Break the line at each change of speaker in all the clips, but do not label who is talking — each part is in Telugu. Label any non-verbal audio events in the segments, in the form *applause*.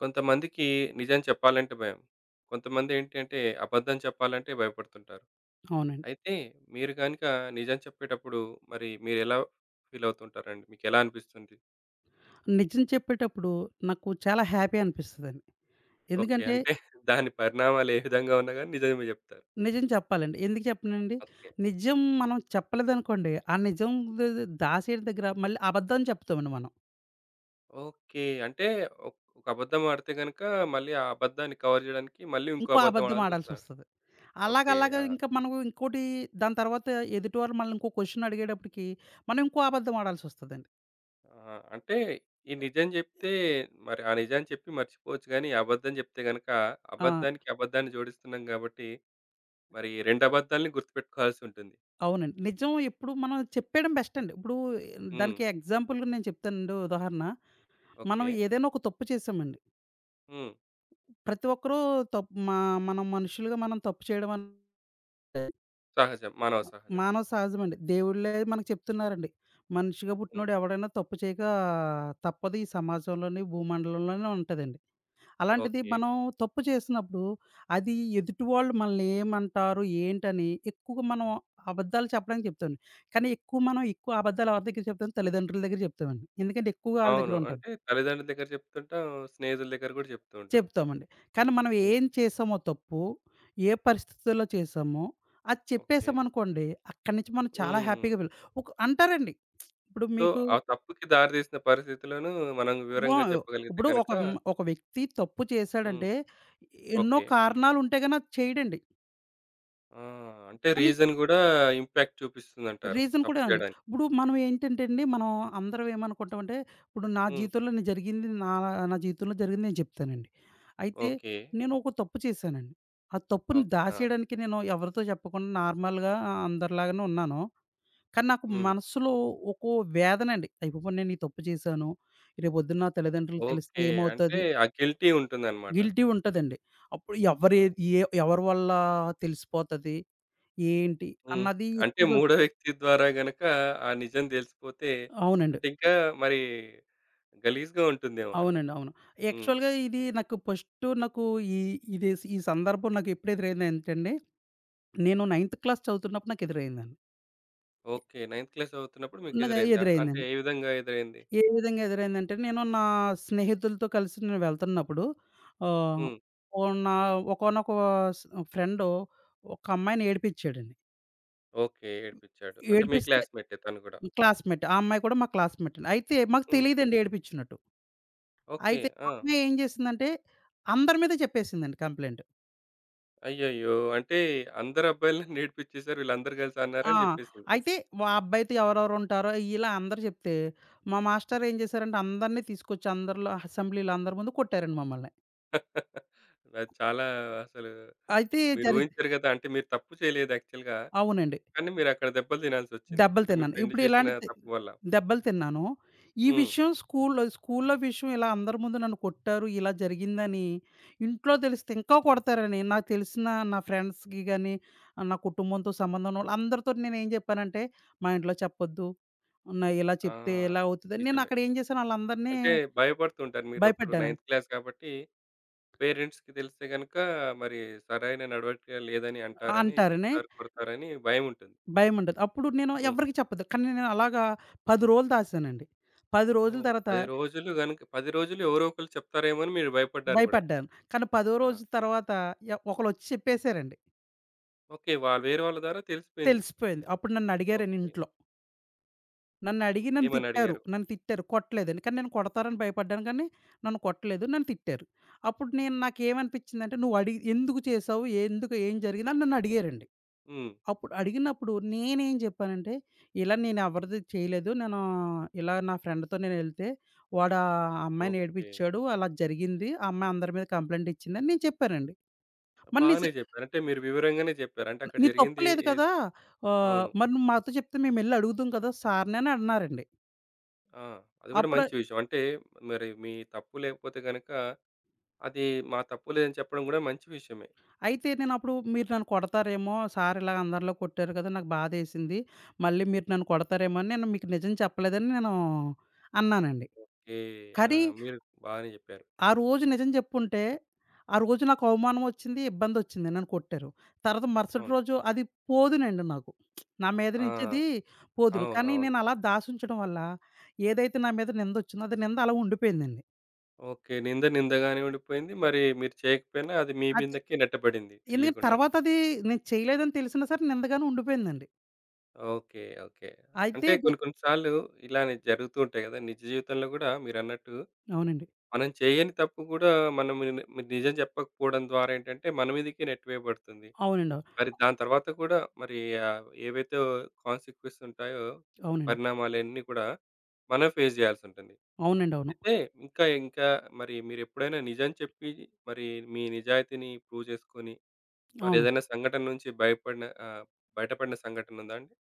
కొంతమందికి నిజం చెప్పాలంటే భయం. కొంతమంది ఏంటంటే అబద్ధం చెప్పాలంటే భయపడుతుంటారు.
అవునండి.
అయితే మీరు గనుక నిజం చెప్పేటప్పుడు మరి మీరెలా ఫీల్ అవుతుంటారండి? మీకెలా అనిపిస్తుంది?
నిజం చెప్పేటప్పుడు నాకు చాలా హ్యాపీ అనిపిస్తదండి.
ఓకే,
ఎందుకంటే
అంటే *laughs* దాని పరిణామాలు ఏ విధంగా ఉన్నా గాని నిజమే చెప్తారు.
నిజం చెప్పాలండి. ఎందుకు చెప్పనండి?
ఓకే.
నిజం
హ్మ్.
మనం చెప్పలేదనుకోండి, ఆ నిజం ద ద దాసేటి దగ్గర మళ్ళీ అబద్ధం చెప్తామండి మనం.
ఓకే, అంటే ఒక అబద్ధం ఆడితే గనుక మళ్ళీ ఆ అబద్ధాన్ని కవర్ జేయడానికి మళ్ళీ ఇంకో
ఇంకో
అబద్ధం
అబద్ధం
ఆడాల్సొస్తది.
ఆడాల్సొస్తది. అలాగ
ఓకే.
అలాగా
ఆ!
ఇంకా మనం ఇంకోటి దాని తర్వాత ఎదుటివారు మనల్ని ఇంకో క్వెషన్ అడిగేటప్పటికి మనం ఇంకో అబద్ధం ఆడాల్సొస్తదండి.
ఆ! అంటే ఈ నిజం జెప్తే మరి ఆ నిజాన్ని చెప్పి మర్చిపోవచ్చు గానీ, అబద్ధం జెప్తే గనక
ఆ!
అబద్ధానికి అబద్ధాన్ని జోడిస్తున్నాం గాబట్టి, మరి 2 అబద్ధాలని గుర్తుపెట్టుకోవాల్సుంటుంది.
అవునండి. నిజం ఎప్పుడు మనం చెప్పేయడం బెస్ట్ అండి. ఇప్పుడు
హ్మ్.
దానికి ఎగ్జాంపుల్‌గా నేను చెప్తానండి ఉదాహరణ. మనం
ఓకే.
ఏదైనా ఒక తప్పు చేశామండి.
హ్మ్.
ప్రతి ఒక్కరూ తప్పు మా మనం మనుషులుగా మనం తప్పు చేయడం అనేది
సహజం, మానవ సహజం.
మానవ సహజమండి. దేవుళ్ళే మనకు చెప్తున్నారండి. మనిషిగా
హ్మ్.
పుట్టినోడు ఎవడైనా తప్పు చేయక తప్పదు ఈ సమాజంలోని, భూమండలంలోనే ఉంటదండి. అలాంటిది
ఓకే.
మనం తప్పు చేసినప్పుడు అది ఎదుటి వాళ్ళు మనల్ని ఏమంటారు, ఏంటని ఎక్కువగా మనం అబద్ధాలు చెప్పడానికి చెప్తామండి. కానీ ఎక్కువ అబద్ధాలు ఎవరి దగ్గర చెప్తాం? తల్లిదండ్రుల దగ్గర చెప్తామండి. ఎందుకంటే ఎక్కువగా ఆళ్ళ
అవును,
దగ్గర ఉంటాం.
అంటే తల్లిదండ్రుల దగ్గర జెప్తుంటాం, స్నేహితుల దగ్గర గూడా జెప్తూ ఉంటాం.
చెప్తామండి. కానీ మనం
హ్మ్.
ఏం చేసామో తప్పు, ఏ పరిస్థితుల్లో చేసామో, అది
ఓకే.
చెప్పేసామనుకోండి, అక్కడి నుంచి మనం చాలా
హ్మ్.
హ్యాపీగా ఒక అంటారండి. ఇప్పుడు
సో,
మీకు
ఆ తప్పుకి దారి తీసిన పరిస్థితులను మనం
వా
వివరంగా చెప్పగలిగితే
ఇప్పుడు
గనక
ఒక ఒక వ్యక్తి తప్పు
హ్మ్.
చేశాడంటే ఎన్నో
ఓకే.
కారణాలుంటే గాని అది చేయడండి.
ఆ! అంటే
కానీ
రీజన్ గూడా ఇంపాక్ట్ చూపిస్తుందంటారు
రీజన్ కూడా
తప్పు
అండి.
జేయడానికి.
ఇప్పుడు మనం ఏంటంటే అండి, మనం అందరం ఏమనుకుంటామంటే, ఇప్పుడు
హ్మ్.
నా జీవితంలో జరిగింది నేను చెప్తానండి. అయితే
ఓకే.
నేను ఒక తప్పు చేశానండి. ఆ తప్పుని
ఓకే. ఆ!
దాచేయడానికి నేను ఎవరితో చెప్పకుండా నార్మల్‌గా అందరిలాగానే ఉన్నాను. కానీ నాకు
హ్మ్.
మనసులో ఒక్కో వేదనండి. అయ్యబాబోయ్! నేను ఈ తప్పు చేశాను. రేపొద్దున్న నా తల్లిదండ్రులకు తెలిస్తే
ఓకే, అంటే
ఏమవుతది?
ఆ గిల్టీ ఉంటుందన్నమాట.
గిల్టీ ఉంటదండి. అప్పుడు ఎవరు
ఆ!
ఏ ఎవరి వల్ల తెలిసిపోతది? ఏంటి?
హ్మ్.
అన్నది
అంటే
ఎక్కువగా
మూడో వ్యక్తి ద్వారా గనక ఆ నిజం దెలిసిపోతే
అవునండి.
అంటే ఇంకా మరి గలీజ్‌గా ఉంటుందేమో అంటే.
అవునండి. అవును.
హ్మ్.
యాక్చువల్‌గా ఇది నాకు ఫస్టు నాకు ఈ ఇది ఈ సందర్భం నాకు ఎప్పుడు ఎదురైందంటే అండి, నేను నైన్త్ క్లాస్ చదువుతున్నప్పుడు నాకు ఎదురైందండి. ఎ
ఓకే. నైన్త్ క్లాస్ చదువుతున్నప్పుడు
నాకు అది
మీకెదురైందా? అంటే
ఎదురైందండి.
ఏ విధంగా ఎదురైంది?
ఏ విధంగా ఎదురైందంటే నేను నా స్నేహితులతో కలిసి నేను వెళ్తున్నప్పుడు ఆహ్,
హ్మ్.
ఓ నా ఒకానొక స్ ఫ్రెండు ఒక అమ్మాయిని ఏడిపించాడండి.
ఓకే. ఏడిపించాడు. అంటే మీ
ఏడిపిస్తే
క్లాస్‌మేటే తను గూడా.
క్లాస్‌మేట్. ఆ అమ్మాయి కూడా మా క్లాస్‌మేట్ అండి. అయితే మాకు
హ్మ్.
తెలీదండి ఏడిపించినట్టు.
ఓకే.
అయితే ఆ
ఆ!
అమ్మాయి ఏం చేసిందంటే అందరి మీద చెప్పేసిందండి కంప్లెయింట్.
అయ్యయ్యో! అంటే అందరు అబ్బాయిలని నేర్పించేసారు. *laughs* వీళ్ళందరూ కలిసి
ఆ!
అన్నారని జెప్పేసింది.
అయితే మా అబ్బాయితో ఎవరెవరుంటారో ఇలా అందరూ చెప్తే, మా మాస్టారు ఏం చేశారంటే అందరిని తీసుకొచ్చి అందరిలో అసెంబ్లీలో అందరి ముందు కొట్టారండి మమ్మల్ని.
*laughs* అది చాలా అసలు
అయితే
మీరు
జరిగింది.
ఊహించరు గదా! అంటే మీరు తప్పు చేయలేదు యాక్చువల్‌గా.
అవునండి.
కానీ మీరక్కడ దెబ్బలు తినాల్సొచ్చింది.
దెబ్బలు
అంటే మీ
తిన్నాను.
ఫ్రెండ్
ఇప్పుడు
చేసిన
ఇలాంటి తి
తప్పు వల్ల.
దెబ్బలు తిన్నాను. ఈ
హ్మ్.
విషయం స్కూల్‌లో స్కూల్‌లో విషయం ఇలా అందరి ముందు నన్ను కొట్టారు, ఇలా జరిగిందని ఇంట్లో తెలిస్తే ఇంకా కొడతారని నాకు తెలిసిన నా ఫ్రెండ్స్‌కి గాని, నా కుటుంబంతో సంబంధం ఉన్నోళ్ళు అందరితోటి నేనేం చెప్పానంటే, మా ఇంట్లో చెప్పొద్దు. నా ఇలా
ఆ!
చెప్తే ఇలా అవుతదని నేను
నిజమే.
అక్కడ ఏం చేశాను ఆళ్ళందరిని
అంటే భయపడుతుంటారు, మీరప్పుడు
భయపెట్టాను.
నైన్త్ క్లాస్ కాబట్టి పేరెంట్స్‌కి తెలిస్తే గనుక మరి సరైన నడవడిక లేదని అంటారని,
అంటారని
తిడతారు, కొడతారని భయముంటుంది.
భయం ఉండదు. అప్పుడు నేను
హ్మ్.
ఎవరికీ చెప్పొద్దు. కానీ నేను అలాగా 10 రోజులు దాసానండి. 10 రోజుల
ఓహ్!
తర్వాత
10 రోజులు గనుక 10 రోజులు ఎవరో ఒకళ్ళు చెప్తారేమో అని మీరు భయపడ్డారు గూడా.
భయపడ్డాను. కానీ, పదో
ఆ!
రోజు తర్వాత ఒకళ్ళొచ్చి చెప్పేసారండి.
ఓకే. వాళ్ళు వేరే వాళ్ళ ద్వారా తెలిసిపోయింది.
తెలిసిపోయింది. అప్పుడు నన్నడిగారండి
ఓకే.
ఇంట్లో.
హ్మ్.
నన్నడిగి నన్ను
ఏమని
తిట్టారు.
అడిగారు?
నన్ను తిట్టారు. కొట్టలేదండి. కానీ, నేను కొడతారని భయపడ్డాను కానీ, నన్ను కొట్టలేదు. నన్ను తిట్టారు. అప్పుడు నేను నాకేమనిపించిందంటే, "నువ్వడిగి ఎందుకు చేసావు? ఎందుకు ఏం జరిగింది?" అని నన్నడిగారండి.
హ్మ్.
అప్పుడు అడిగినప్పుడు నేనేం చెప్పానంటే, "ఇలా నేను ఎవరిది చేయలేదు. నేను ఇలా నా ఫ్రెండ్‌తో నేనెళ్తే వాడు ఆ అమ్మాయిని
ఓకే.
ఏడిపిచ్చాడు. అలా జరిగింది. ఆ అమ్మాయి అందరి మీద కంప్లెయింట్ ఇచ్చిందని" నేను చెప్పానండి. మరి నే స
బానే జెప్పారు. అంటే మీరు వివరంగానే జెప్పారు. అంటే అక్కడ
నీ తప్పు
జరిగింది
లేదు
ఏ
కదా!
అవును.
మరి నువ్వు మాతో చెప్తే మేమెళ్లి అడుగుదుం కదా! సార్‌ని అని అన్నారండి.
ఆ! అది గూడా
అప్పుడు
మంచి విషయం. అంటే మరి మీ తప్పు లేకపోతే గనక అది మా తప్పు లేదని చెప్పడం గూడా మంచి విషయమే.
అయితే నేనప్పుడు మీరు నన్ను కొడతారేమో! సార్ ఇలా అందరిలో కొట్టారు కదా! నాకు బాధేసింది. మళ్ళీ మీరు నన్ను కొడతారేమో అని నేను మీకు నిజం చెప్పలేదని నేను అన్నానండి.
ఓకే. ఆ!
కానీ
మీరు బానే జెప్పారు.
ఆ రోజు నిజం చెప్పుంటే, ఆ రోజు నాకు అవమానం వచ్చింది, ఇబ్బందొచ్చింది. నన్ను కొట్టారు. తర్వాత మరుసటి
అవును.
రోజు అది పోదునండి నాకు. నా మీద
ఆ!
నుంచది పోదును. కానీ
అవునవును.
నేనలా దాసుంచడం వల్ల ఏదైతే నా మీద నిందొచ్చిందో అది నింద అలా ఉండిపోయిందండి.
ఓకే, నింద నిందగానే ఉండిపోయింది. మరి మీరు చేయకపోయినా అది మీ
అది
మీదకే నెట్టబడింది
ఎందుకంటే
తెలియకుండానే.
తర్వాత అది నేను చేయలేదని తెలిసినా సరే నిందగానే ఉండిపోయిందండి.
ఓకే. ఓకే.
అయితే
అంటే
నే
కొన్ని కొన్ని సార్లు ఇలానే జరుగుతూ ఉంటాయి గదా! నిజ జీవితంలో గూడా మీరన్నట్టు
అవునండి.
మనం చేయని తప్పు గూడా మనం ని ని- నిజం చెప్పకపోవడం ద్వారా ఏంటంటే మన మీదకే నెట్టివేయబడుతుంది.
అవునండి. అవును.
మరి దాని తర్వాత కూడా మరి ఏవైతే కాన్సిక్వెన్స్ ఉంటాయో
అవునండి.
పరిణామాలన్నీ కూడా మనం ఫేస్ జేయాల్సుంటుంది.
అవునండి. అవును.
అయితే ఇంకా ఇంకా మరి మీరెప్పుడైనా నిజం చెప్పి మరి మీ నిజాయితీని ప్రూవ్ జేసుకొని
అవునండి.
మరేదైనా సంఘటన నుంచి భయపడిన బయటపడిన సంఘటన ఉందా అండి?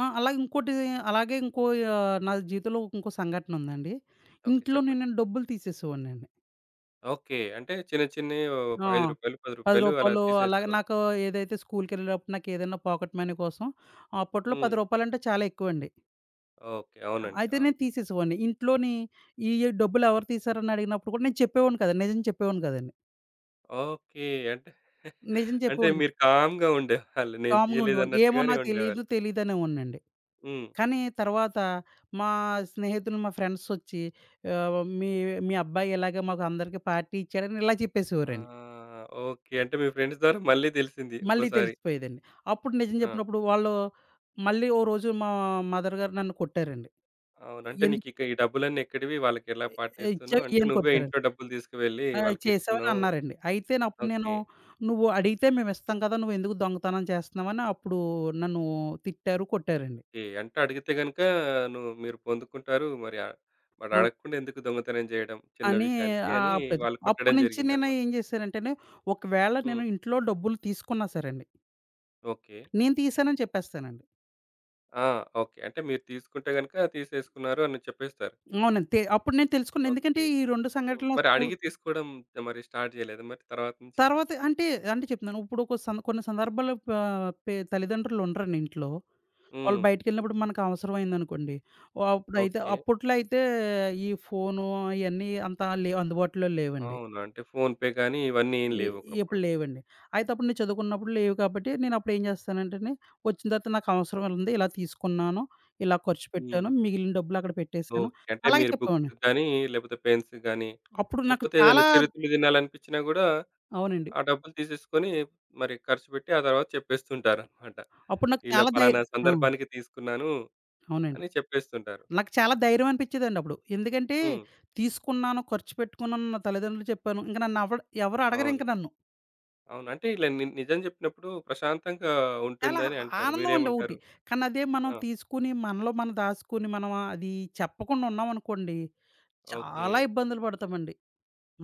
ఆ! అలాగే ఇంకోటి అలాగే ఇంకో ఆహ్, నా జీవితంలో ఇంకో సంఘటన ఉందండి.
ఓకే.
ఇంట్లో నేను
చెప్పండి.
డబ్బులు తీసేసేవాడినండి.
ఓకే. అంటే చిన్న చిన్నయి ఓ రూ.
ఆ!
5, రూ. 10
రూ.
అలా
10 అలాగే
తీసేసేవారు.
నాకు ఏదైతే స్కూల్‌కెళ్ళేటప్పుడు నాకేదైనా పాకెట్ మనీ కోసం అప్పట్లో
హ్మ్.
రూ. 10 అంటే చాలా ఎక్కువండి.
ఓకే. అవునండి.
అయితే
ఆ!
నేను తీసేసేవాడిని. ఇంట్లోని ఈ డబ్బులు ఎవరు తీశారని అడిగినప్పుడు కూడా నేను చెప్పేవాడిని కాదండి. నిజం చెప్పేవాడిని కాదండి.
ఓకే. అంటే *laughs*
నిజం
అంటే
చెప్పేవాడిని
మీరు కామ్‌గా ఉండేవాళ్ళు. నేను
కామ్‌గా ఉండేవాడిని. ఏమో
తీయలేదన్నట్టుగానే
నాకు తెలీదు,
ఉండేవాళ్ళు.
తెలీదనేవాడినండి.
హ్మ్.
కానీ తర్వాత మా స్నేహితులు, మా ఫ్రెండ్సొచ్చి ఆహ్, మీ మీ అబ్బాయి ఇలాగ మాకు అందరికి పార్టీ ఇచ్చాడని ఇలా
ఆ!
చెప్పేసేవారండి.
ఓకే. అంటే మీ ఫ్రెండ్స్ ద్వారా మళ్ళీ తెలిసింది
మళ్ళీ
ఇంకోసారి.
తెలిసిపోయేదండి. అప్పుడు నిజం
ఆ!
చెప్పినప్పుడు వాళ్ళు మళ్ళీ ఓ రోజు మా మదర్ గారు నన్ను కొట్టారండి.
అవును. అంటే
ఎందుకు
నీకిక ఈ డబ్బులన్నీ ఎక్కడివి? వాళ్ళకెలా పార్టీ
ఇచ్చావు
ఇస్తున్నావు? అంటే
ఇయ్యని
నువ్వే
కొట్టారండి.
ఇంట్లో డబ్బులు తీసుకువెళ్ళి
ఆ! చేశావని
వాళ్ళకిస్తున్నావు.
అన్నారండి. అయితే అప్పుడు నేను
ఓకే.
"నువ్వు అడిగితే మేమిస్తాం కదా! నువ్వెందుకు దొంగతనం చేస్తున్నావని" అప్పుడు నన్ను తిట్టారు, కొట్టారండి.
ఓకే, అంటే అడిగితే గనుక మీరు పొందుకుంటారు. మరి మరి
ఆ!
అడగకుండా ఎందుకు దొంగతనం జేయడం చిన్న
అని
విషయానికి అని
అప్పుడది.
వాళ్ళు కొట్టడం
అప్పటి నుంచి నేను
జరిగిందన్నమాట.
ఏం చేశానంటేనే, ఒకవేళ
హ్మ్.
నేను ఇంట్లో డబ్బులు తీసుకున్నా సరే అండి,
ఓకే.
నేను తీశానని చెప్పేస్తానండి.
ఆ! ఓకే. అంటే మీరు తీసుకుంటే గనుక తీసేసుకున్నారు అని చెప్పేస్తారు.
అవునండి. అప్పుడు నేను తెలుసుకున్నా. ఎందుకంటే
ఓకే.
ఈ 2
హ్మ్.
సంఘటనలు
మరి
స్కూల్
అడిగి తీసుకోవడం మరి స్టార్ట్ జేయలేదా మరి తర్వాత నుంచి?
తర్వాత అంటే, అంటే చెప్తున్నాను. ఇప్పుడు ఒక సం కొన్ని సందర్భాల్లో ప పె తల్లిదండ్రులు ఉండరండి ఇంట్లో. వాళ్ళు
హ్మ్.
బయటికెళ్ళినప్పుడు మనకు అవసరమైందనుకోండి, ఆహ్, అప్పుడైతే
ఓకే.
అప్పట్లో అయితే ఫోను అయన్నీ అంత లేవు అందుబాటులో లేవండి.
అవును. అంటే ఫోన్‌పే గానీ ఇవన్నీ ఏం
ఇ
లేవు
ఇప్పుడు
ఒకప్పుడు.
లేవండి. అయితే అప్పుడు నేను చదువుకున్నప్పుడు లేవు కాబట్టి నేనప్పుడు ఏం చేస్తానంటేనే, వచ్చిన తర్వాత నాకు అవసరం ఉంది. ఇలా తీసుకున్నాను, ఇలా ఖర్చు
హ్మ్.
పెట్టాను, మిగిలిన డబ్బులు అక్కడ పెట్టేసాను.
ఓకే. అంటే
అలాగే
మీరు
చెప్పేవాడిని.
బుక్స్ గానీ, లేకపోతే పెన్స్ గానీ,
అప్పుడు నాకు
లేకపోతే ఏదైనా
చాలా
చిరుతిళ్ళు తినాలనిపించినా గూడా
అవునండి.
ఆ డబ్బులు తీసేసుకొని మరి ఖర్చు పెట్టి ఆ తర్వాత చెప్పేస్తుంటారనమాట.
అప్పుడు నాకు
ఇలా
చాలా ధై
పలానా
ఆ!
సందర్భానికి తీసుకున్నాను
అవునండి.
అని చెప్పేస్తుంటారు.
నాకు చాలా ధైర్యం అనిపించేదండి అప్పుడు. ఎందుకంటే
హ్మ్.
తీసుకున్నాను, ఖర్చు పెట్టుకున్నాను, నా తల్లిదండ్రులు చెప్పాను. ఇంక నన్ను ఎవరు అడగరు
అవును.
ఇంక నన్ను.
అవును. అంటే ఇలా నిజం చెప్పినప్పుడు ప్రశాంతంగా
చాలా
ఉంటుందని అంటారు.
ఆనందం అండి ఒకటి.
మీరేమంటారు?
కానీ అదే మనం
ఆ!
తీసుకొని మనలో మనం దాసుకొని మనం అది చెప్పకుండా ఉన్నామనుకోండి
ఓకే.
చాలా ఇబ్బందులు పడతామండి.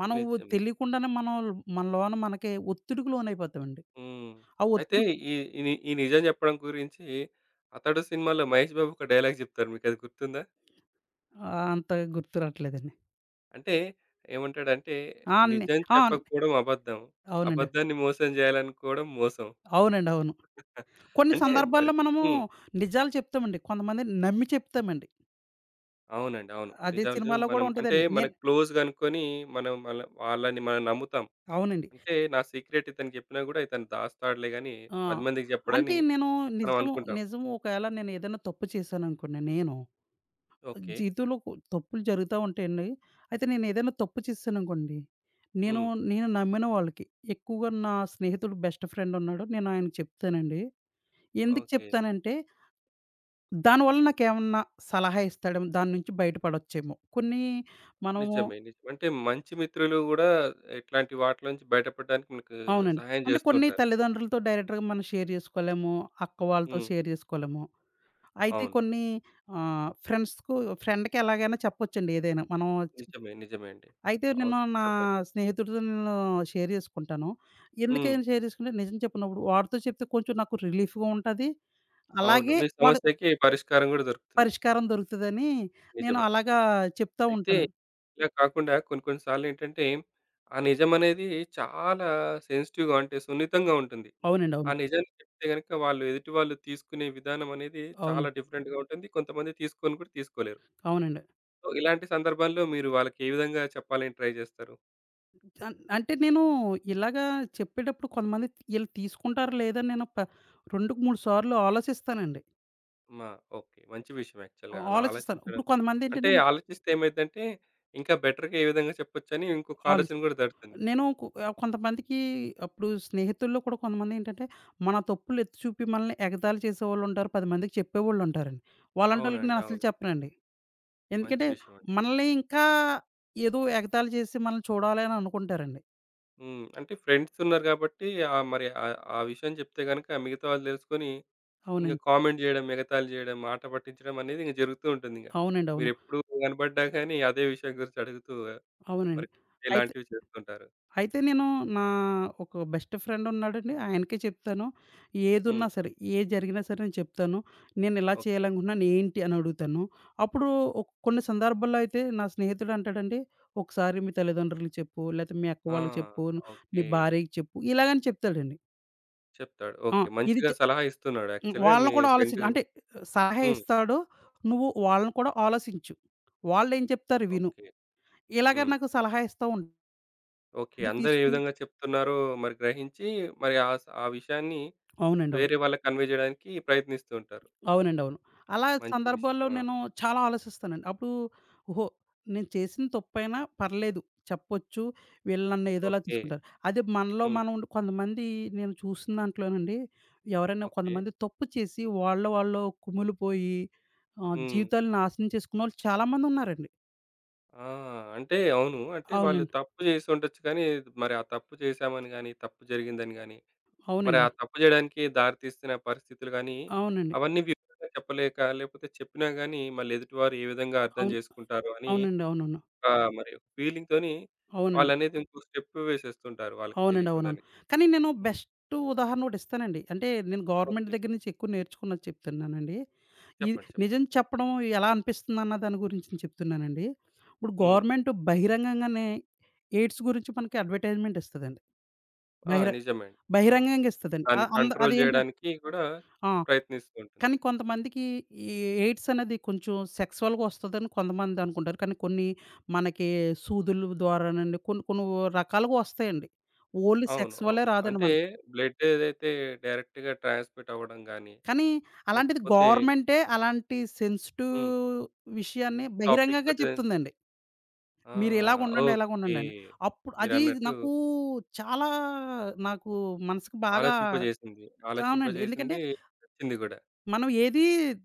మనం ఉ-
నిజం. నిజం.
తెలియకుండానే మనం మన లోన మనకి ఒత్తిడికి లోనైపోతామండి.
హ్మ్.
ఆ
అయితే
ఒత్తిడి
ఈ ఈ ఈ నిజం చెప్పడం గురించి 'అతడు' సినిమాలో మహేష్ బాబు ఒక డైలాగ్ చెప్తారు. మీకది గుర్తుందా?
ఆ! అంత గుర్తు రావట్లేదండి.
అంటే ఏమంటాడంటే
ఆ! అన్ని
నిజం
ఆ!
చెప్పకపోవడం అబద్ధం.
అవునండి.
అబద్ధాన్ని మోసం చేయాలనుకోవడం మోసం.
అవునండి. అవును. కొన్ని
అంటే మరి
సందర్భాల్లో మనము
హ్మ్.
నిజాలు చెప్తామండి. కొంతమందిని నమ్మి చెప్తామండి.
అవునండి. అవును.
అదే
నిజాలు
సినిమాలో కూడా
మనం అంటే
ఉంటదండి.
మనకు క్లోజ్‌గనుకోని మనం మళ్ళ వాళ్ళని మనం నమ్ముతాం.
అవునండి.
అంటే నా సీక్రెట్ ఇతనికి చెప్పినా గూడా ఇతను దాస్తాడులే గాని
ఆ!
10 మందికి
అంటే
చెప్పడని
నేను
మనం
నిజం
అనుకుంటాం.
నిజం ఒకవేళ నేను ఏదైనా తప్పు చేశాననుకోండి నేను
ఓకే.
జీవితంలో తప్పులు జరుగుతా ఉంటాయండి. అయితే నేనేదైనా తప్పు చేశాననుకోండి, నేను
హ్మ్.
నేను నమ్మిన వాళ్ళకి ఎక్కువగా నా స్నేహితుడు బెస్ట్ ఫ్రెండ్ ఉన్నాడు. నేను ఆయనకి చెప్తానండి. ఎందుకు
ఓకే.
చెప్తానంటే, దానివల్ల నాకేమన్నా సలహా ఇస్తాడేమో, దాని నుంచి బయటపడొచ్చేమో. కొన్ని మనము
నిజమే. నిజమే. అంటే మంచి మిత్రులు గూడా ఇట్లాంటి వాటిలో నుంచి బయటపడడానికి మీకు
అవునండి.
సహాయం
అంటే కొన్ని
జేస్తుంటారు.
తల్లిదండ్రులతో డైరెక్ట్‌గా మనం షేర్ చేసుకోలేము. అక్క వాళ్ళతో
హ్మ్.
షేర్ చేసుకోలేము. అయితే
అవును.
కొన్ని ఆహ్, ఫ్రెండ్స్‌కు ఫ్రెండ్‌కి ఎలాగైనా చెప్పొచ్చండి ఏదైనా.
నిజమే. నిజమే అండి.
అయితే నేను
అవును.
నా
చెప్పొచ్చు.
స్నేహితుడితో నేను షేర్ జేసుకుంటాను.
హ్మ్.
ఎందుకని షేర్ జేసుకుంటే నిజం చెప్పినప్పుడు వాడితో చెప్తే కొంచెం నాకు రిలీఫ్‌గా ఉంటది.
అవును.
అలాగే
మీ
వాడు
సమస్యకి పరిష్కారం గూడా దొరుకుతుంది.
పరిష్కారం దొరుకుతదని నేను
నిజమే.
అలాగా చెప్తా
అయితే
ఉంటాను.
ఇలా కాకుండా కొన్ని కొన్ని సార్లేంటంటే, ఆ నిజమనేది చాలా సెన్సిటివ్‌గా, అంటే సున్నితంగా ఉంటుంది.
అవునండి.
ఆ
అవును.
నిజాన్ని చెప్తే గనక వాళ్ళు, ఎదుటి వాళ్ళు తీసుకునే విధానం అనేది
అవును.
చాలా డిఫరెంట్‌గా ఉంటుంది. కొంతమంది తీసుకొని కూడా తీసుకోలేరు.
అవునండి.
సో, ఇలాంటి సందర్భాల్లో మీరు వాళ్ళకి ఏ విధంగా చెప్పాలని ట్రై జేస్తారు?
అంటే నేను ఇలాగా చెప్పేటప్పుడు కొంతమంది ఈళ్ళు తీసుకుంటారో లేదో నేను ప 2కి 3 సార్లు ఆలోచిస్తానండి.
మా ఓకే. మంచి విషయం యాక్చువల్‌గా అలా
ఆలోచిస్తాను.
ఆలోచించడం.
ఇప్పుడు
అంటే
కొంతమందేంటంటే
ఆలోచిస్తే ఏమైద్దంటే, ఇంకా బెటర్‌గా ఏ విధంగా చెప్పొచ్చని ఇంకొక
ఆలోచి
ఆలోచన గూడా దడుతుంది.
నేను కొంతమందికి అప్పుడు స్నేహితుల్లో కూడా కొంతమందేంటంటే, మన తప్పులు ఎత్తి చూపి మనల్ని ఎగతాళి చేసేవాళ్ళుంటారు. 10 మందికి చెప్పేవాళ్ళుంటారండి. అలాంటోళ్ళకి
అవునండి.
నేను అసలు
అవును.
చెప్పనండి.
మంచి
ఎందుకంటే,
విషయం.
మనల్ని ఇంకా ఏదో ఎగతాళి చేసి మనల్ని చూడాలి అని అనుకుంటారండి.
హ్మ్. అంటే ఫ్రెండ్స్ ఉన్నారు గాబట్టి మరి ఆ ఆ విషయం జెప్తే గనక మిగతా వాళ్ళు దెలుసుకొని ఇంక
అవునండి.
కామెంట్ జేయడం, ఎగతాళి జేయడం, మాట పట్టించడం అనేది ఇంక జరుగుతూ ఉంటుందింక.
అవునండి. అవును.
మీరెప్పుడు గనపడ్డా కానీ అదే విషయం గురించి అడుగుతూ
అవునండి.
మరి
అయితే
ఇలాంటివి చేస్తుంటారు.
అయితే నేను నా ఒక బెస్ట్ ఫ్రెండ్ ఉన్నాడండి. ఆయనకే చెప్తాను.
హ్మ్.
ఏదున్నా సరే, ఏది జరిగినా సరే నేను చెప్తాను. నేను ఇలా
ఓకే.
చేయాలనుకుంటున్నాను ఏంటి అని అడుగుతాను. అప్పుడు కొన్ని సందర్భాల్లో అయితే నా స్నేహితుడు అంటాడండి, "ఒకసారి మీ తల్లిదండ్రులకి చెప్పు, లేతే మీ అక్క
ఆ!
వాళ్ళకి చెప్పు,
ఓకే.
నీ భార్యకి చెప్పు" ఇలాగని చెప్తాడండి.
చెప్తాడు.
ఆ!
ఓకే.
ఇది
మంచిగా
చె
సలహా ఇస్తున్నాడు
హ్మ్.
యాక్చువల్‌గా
వాళ్ళని
మీ
కూడా
ఫ్రెండ్.
ఆలోచించ అంటే సలహా
హ్మ్.
ఇస్తాడు. నువ్వు వాళ్ళని కూడా ఆలోచించు. వాళ్ళేం చెప్తారు విను.
ఓకే.
ఇలాగ
హ్మ్.
నాకు సలహా ఇస్తా ఉంటాడు.
ఓకే.
నేను
అందరూ ఏ
తీసుకుని
విధంగా చెప్తున్నారో మరి గ్రహించి మరి ఆ విషయాన్ని
అవునండి. అవును.
వేరే వాళ్ళకి కన్వే జేయడానికి ప్రయత్నిస్తూ ఉంటారు.
అవునండి. అవును. అలా
మంచి విషయం.
సందర్భాల్లో
ఆ!
నేను చాలా ఆలోచిస్తానండి. అప్పుడు ఓహో! నేను చేసిన తప్పైనా పర్లేదు చెప్పొచ్చు. వీళ్ళు నన్ను ఏదోలా
ఓకే.
తీసుకుంటారు. అదే మనలో
హ్మ్.
మనం ఉండి కొంతమంది నేను చూసిన దాంట్లోనండి ఎవరైనా
ఓకే.
కొంతమంది తప్పు చేసి వాళ్ళలో వాళ్ళు కుమిలిపోయి
హ్మ్.
జీవితాలు నాశనం చేసుకున్నోళ్ళు చాలామందున్నారండి.
ఆ! అంటే అవును. అంటే వాళ్ళు
అవునండి.
తప్పు చేసి ఉండొచ్చు, కానీ మరి ఆ తప్పు చేశామని గాని, తప్పు జరిగిందని గాని, మరి ఆ
అవునండి.
తప్పు చేయడానికి దారి తీస్తున్న పరిస్థితులు గాని,
అవునండి.
అవన్నీ వివరంగా చెప్పలేక, లేకపోతే చెప్పినా గాని మళ్ళీ ఎదుటివారు ఏ విధంగా అర్థం
అవును.
చేసుకుంటారో అని
అవునండి. అవునవును.
ఒక మరి ఒక ఫీలింగ్‌తోని
అవునండి.
వాళ్ళనేది ఇంకో స్టెప్ వేసేస్తుంటారు వాళ్ళకి
అవునండి. అవునవును.
తెలియకుండానే.
కానీ నేను
హ్మ్.
బెస్ట్ ఉదాహరణ ఒకటిస్తానండి. అంటే నేను గవర్నమెంట్
ఓకే.
దగ్గర నుంచి ఎక్కువ నేర్చుకున్నది చెప్తున్నానండి. ఈ
చెప్పండి. చెప్పండి.
నిజం చెప్పడం ఎలా అనిపిస్తుందన్న దాని గురించి నేను చెప్తున్నానండి. ఇప్పుడు
హ్మ్.
గవర్నమెంట్ బహిరంగంగానే ఎయిడ్స్ గురించి మనకి అడ్వర్టైజ్‌మెంట్ ఇస్తదండి.
ఆ!
బహిర
నిజమే అండి. అవును.
బహిరంగంగా ఇస్తదండి.
దాన్ని
ఆహ్, అంద
కంట్రోల్
అదేంట
చేయడానికి కూడా
ఆ!
ప్రయత్నిస్తూ ఉంటుంది.
కానీ కొంతమందికి ఈ ఎయిడ్స్ అనేది కొంచెం సెక్సువల్‌గా వస్తదని కొంతమంది అనుకుంటారు. కానీ కొన్ని మనకి సూదులు ద్వారానండి కొన్ని, కొన్ని రకాలుగా వస్తాయండి. ఓన్లీ
అవును.
సెక్స్ వల్లే
అవును.
రాదండి
అంటే
మనకి.
బ్లడ్ ఏదైతే డైరెక్ట్‌గా ట్రాన్స్‌మిట్ అవ్వడం గాని,
కానీ అలాంటిది
లేకపోతే
గవర్నమెంటే అలాంటి సెన్సిటివ్
హ్మ్.
విషయాన్ని
టాపిక్
బహిరంగంగా
టెన్స్
చెప్తుందండి.
ఆ!
మీరు ఇలాగుండండి,
ఓకే.
ఇలాగుండండని. అప్పుడు అది
మీరన్నట్టు
నాకు చాలా నాకు మనసుకి బాగా
ఆలోచింపజేసింది.
అవునండి. ఎందుకంటే
ఆలోచింపజేసింది, వచ్చింది గూడా.
మనం ఏది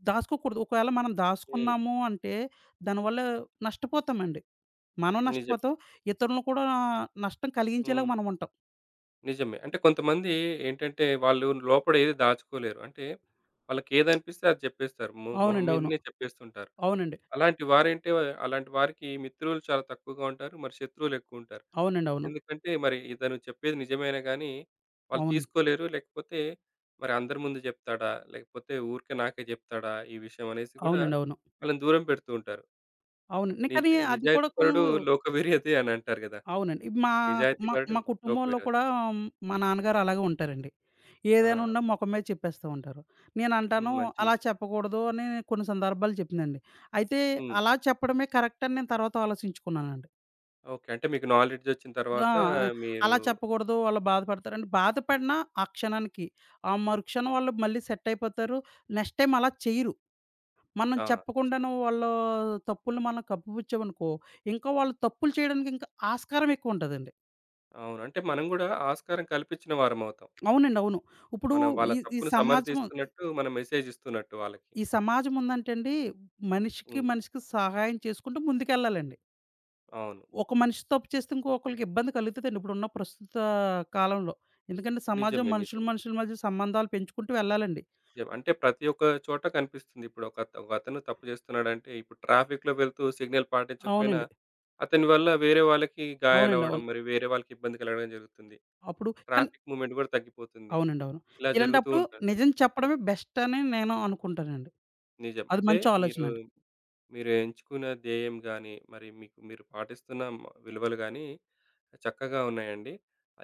దాసుకోకూడదు. ఒకవేళ మనం
హ్మ్.
దాసుకున్నాము అంటే దానివల్ల నష్టపోతామండి. మనం
నిజమే.
నష్టపోతాం, ఇతరులను కూడా నష్టం కలిగించేలాగా
హ్మ్.
మనం ఉంటాం.
నిజమే. అంటే కొంతమంది ఏంటంటే, వాళ్ళు లోపల ఏది దాచుకోలేరు. అంటే వాళ్ళకేదనిపిస్తే అది చెప్పేస్తారు. మొహం
అవునండి. అవును.
మీదనే చెప్పేస్తుంటారు.
అవునండి.
అలాంటి వారంటే అలాంటి వారికి మిత్రులు చాలా తక్కువగా ఉంటారు. మరి శత్రువులు ఎక్కువుంటారు.
అవునండి. అవును.
ఎందుకంటే మరి ఇతను చెప్పేది నిజమేనా గానీ, వాళ్ళు
అవును.
తీసుకోలేరు. లేకపోతే మరి అందరి ముందు జెప్తాడా? లేకపోతే ఊరికే నాకే జెప్తాడా? ఈ విషయం అనేసి గూడా
అవునండి. అవును.
వాళ్ళని దూరం పెడుతూ ఉంటారు.
అవునండి. అవును. అవును.
నిజ
కానీ అది కూడా కొంచెం
నిజాయితీపరుడు లోకవిరోధి అని అంటారు గదా!
అవునండి. మాకు మా మా
నిజాయితీపరుడు
మా కుటుంబంలో
లోకవిరోధి.
కూడా మా నాన్నగారు అలాగే ఉంటారండి.
ఆ!
ఏదైనా ఉన్నా మొఖం
ఓకే.
మీద చెప్పేస్తూ ఉంటారు.
హ్మ్.
నేనంటాను
మంచి
అలా
విషయం.
చెప్పకూడదు అని కొన్ని సందర్భాలు చెప్పిందండి. అయితే
హ్మ్.
అలా చెప్పడమే కరెక్ట్ అని నేను తర్వాత ఆలోచించుకున్నానండి.
ఓకే. అంటే మీకు నాలెడ్జ్ ఒచ్చిన
ఆ!
తర్వాత మీరు
అలా చెప్పకూడదు వాళ్ళు బాధపడతారని బాధపడినా ఆ క్షణానికి, ఆ మరుక్షణం వాళ్ళు మళ్ళీ సెట్ అయిపోతారు. నెక్స్ట్ టైమ్ అలా చెయ్యరు. మనం
ఆ! నిజమే.
చెప్పకుండానే వాళ్ళ తప్పుల్ని మనం కప్పిపుచ్చామనుకో, ఇంకా వాళ్ళు తప్పులు చేయడానికి ఇంకా ఆస్కారం ఎక్కువుంటదండి.
అవును. అంటే మనం గూడా ఆస్కారం కల్పించిన వారమవుతాం.
అవునండి. అవును. ఇప్పుడు
మనం వాళ్ళ
ఈ ఈ
తప్పుని
సమాజము
సమర్థిస్తున్నట్టు మనం మెసేజ్ ఇస్తున్నట్టు వాళ్ళకి.
ఈ సమాజం ఉందంటే అండి, మనిషికి,
హ్మ్.
మనిషికి సహాయం చేసుకుంటూ ముందుకెళ్ళాలండి.
అవును.
ఒక మనిషి తప్పు చేస్తే ఇంకొకళ్ళకి ఇబ్బంది కలుగుతదండి ఇప్పుడున్న ప్రస్తుత కాలంలో. ఎందుకంటే సమాజం
నిజమే.
మనుషులు,
నిజమే.
మనుషుల మధ్య సంబంధాలు పెంచుకుంటూ వెళ్ళాలండి.
నిజమే. అంటే ప్రతి ఒక్క చోట కనిపిస్తుంది. ఇప్పుడు ఒక ఒకతను తప్పు చేస్తున్నాడంటే ఇప్పుడు ట్రాఫిక్‌లో వెళ్తూ సిగ్నల్ పాటించకపోయినా
అవునండి.
అతని వల్ల వేరే వాళ్ళకి
అవునండి.
గాయాలవ్వడం,
అవును.
మరి వేరే వాళ్ళకి ఇబ్బంది కలగడం జరుగుతుంది.
అప్పుడు కానీ
ట్రాఫిక్ మూవ్‌మెంట్ కూడా తగ్గిపోతుంది.
అవునండి. అవును.
ఇలా జరుగుతూ
ఇలాంటప్పుడు
ఉంటుంది.
నిజం చెప్పడమే బెస్ట్ అని నేను అనుకుంటానండి.
నిజం.
అది
అంటే
మంచి ఆలోచన
మీరు,
అండి.
మీరు ఎంచుకున్న ధ్యేయం గాని, మరి మీకు మీరు పాటిస్తున్న విలువలు గాని, చక్కగా ఉన్నాయండి.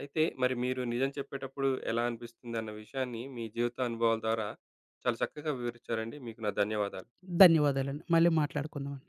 అయితే మరి మీరు నిజం చెప్పేటప్పుడు ఎలా అనిపిస్తుందన్న విషయాన్ని మీ జీవిత అనుభవాల ద్వారా చాలా చక్కగా వివరించారండి. మీకు నా ధన్యవాదాలు.
ధన్యవాదాలండి. మళ్ళీ మాట్లాడుకుందాం.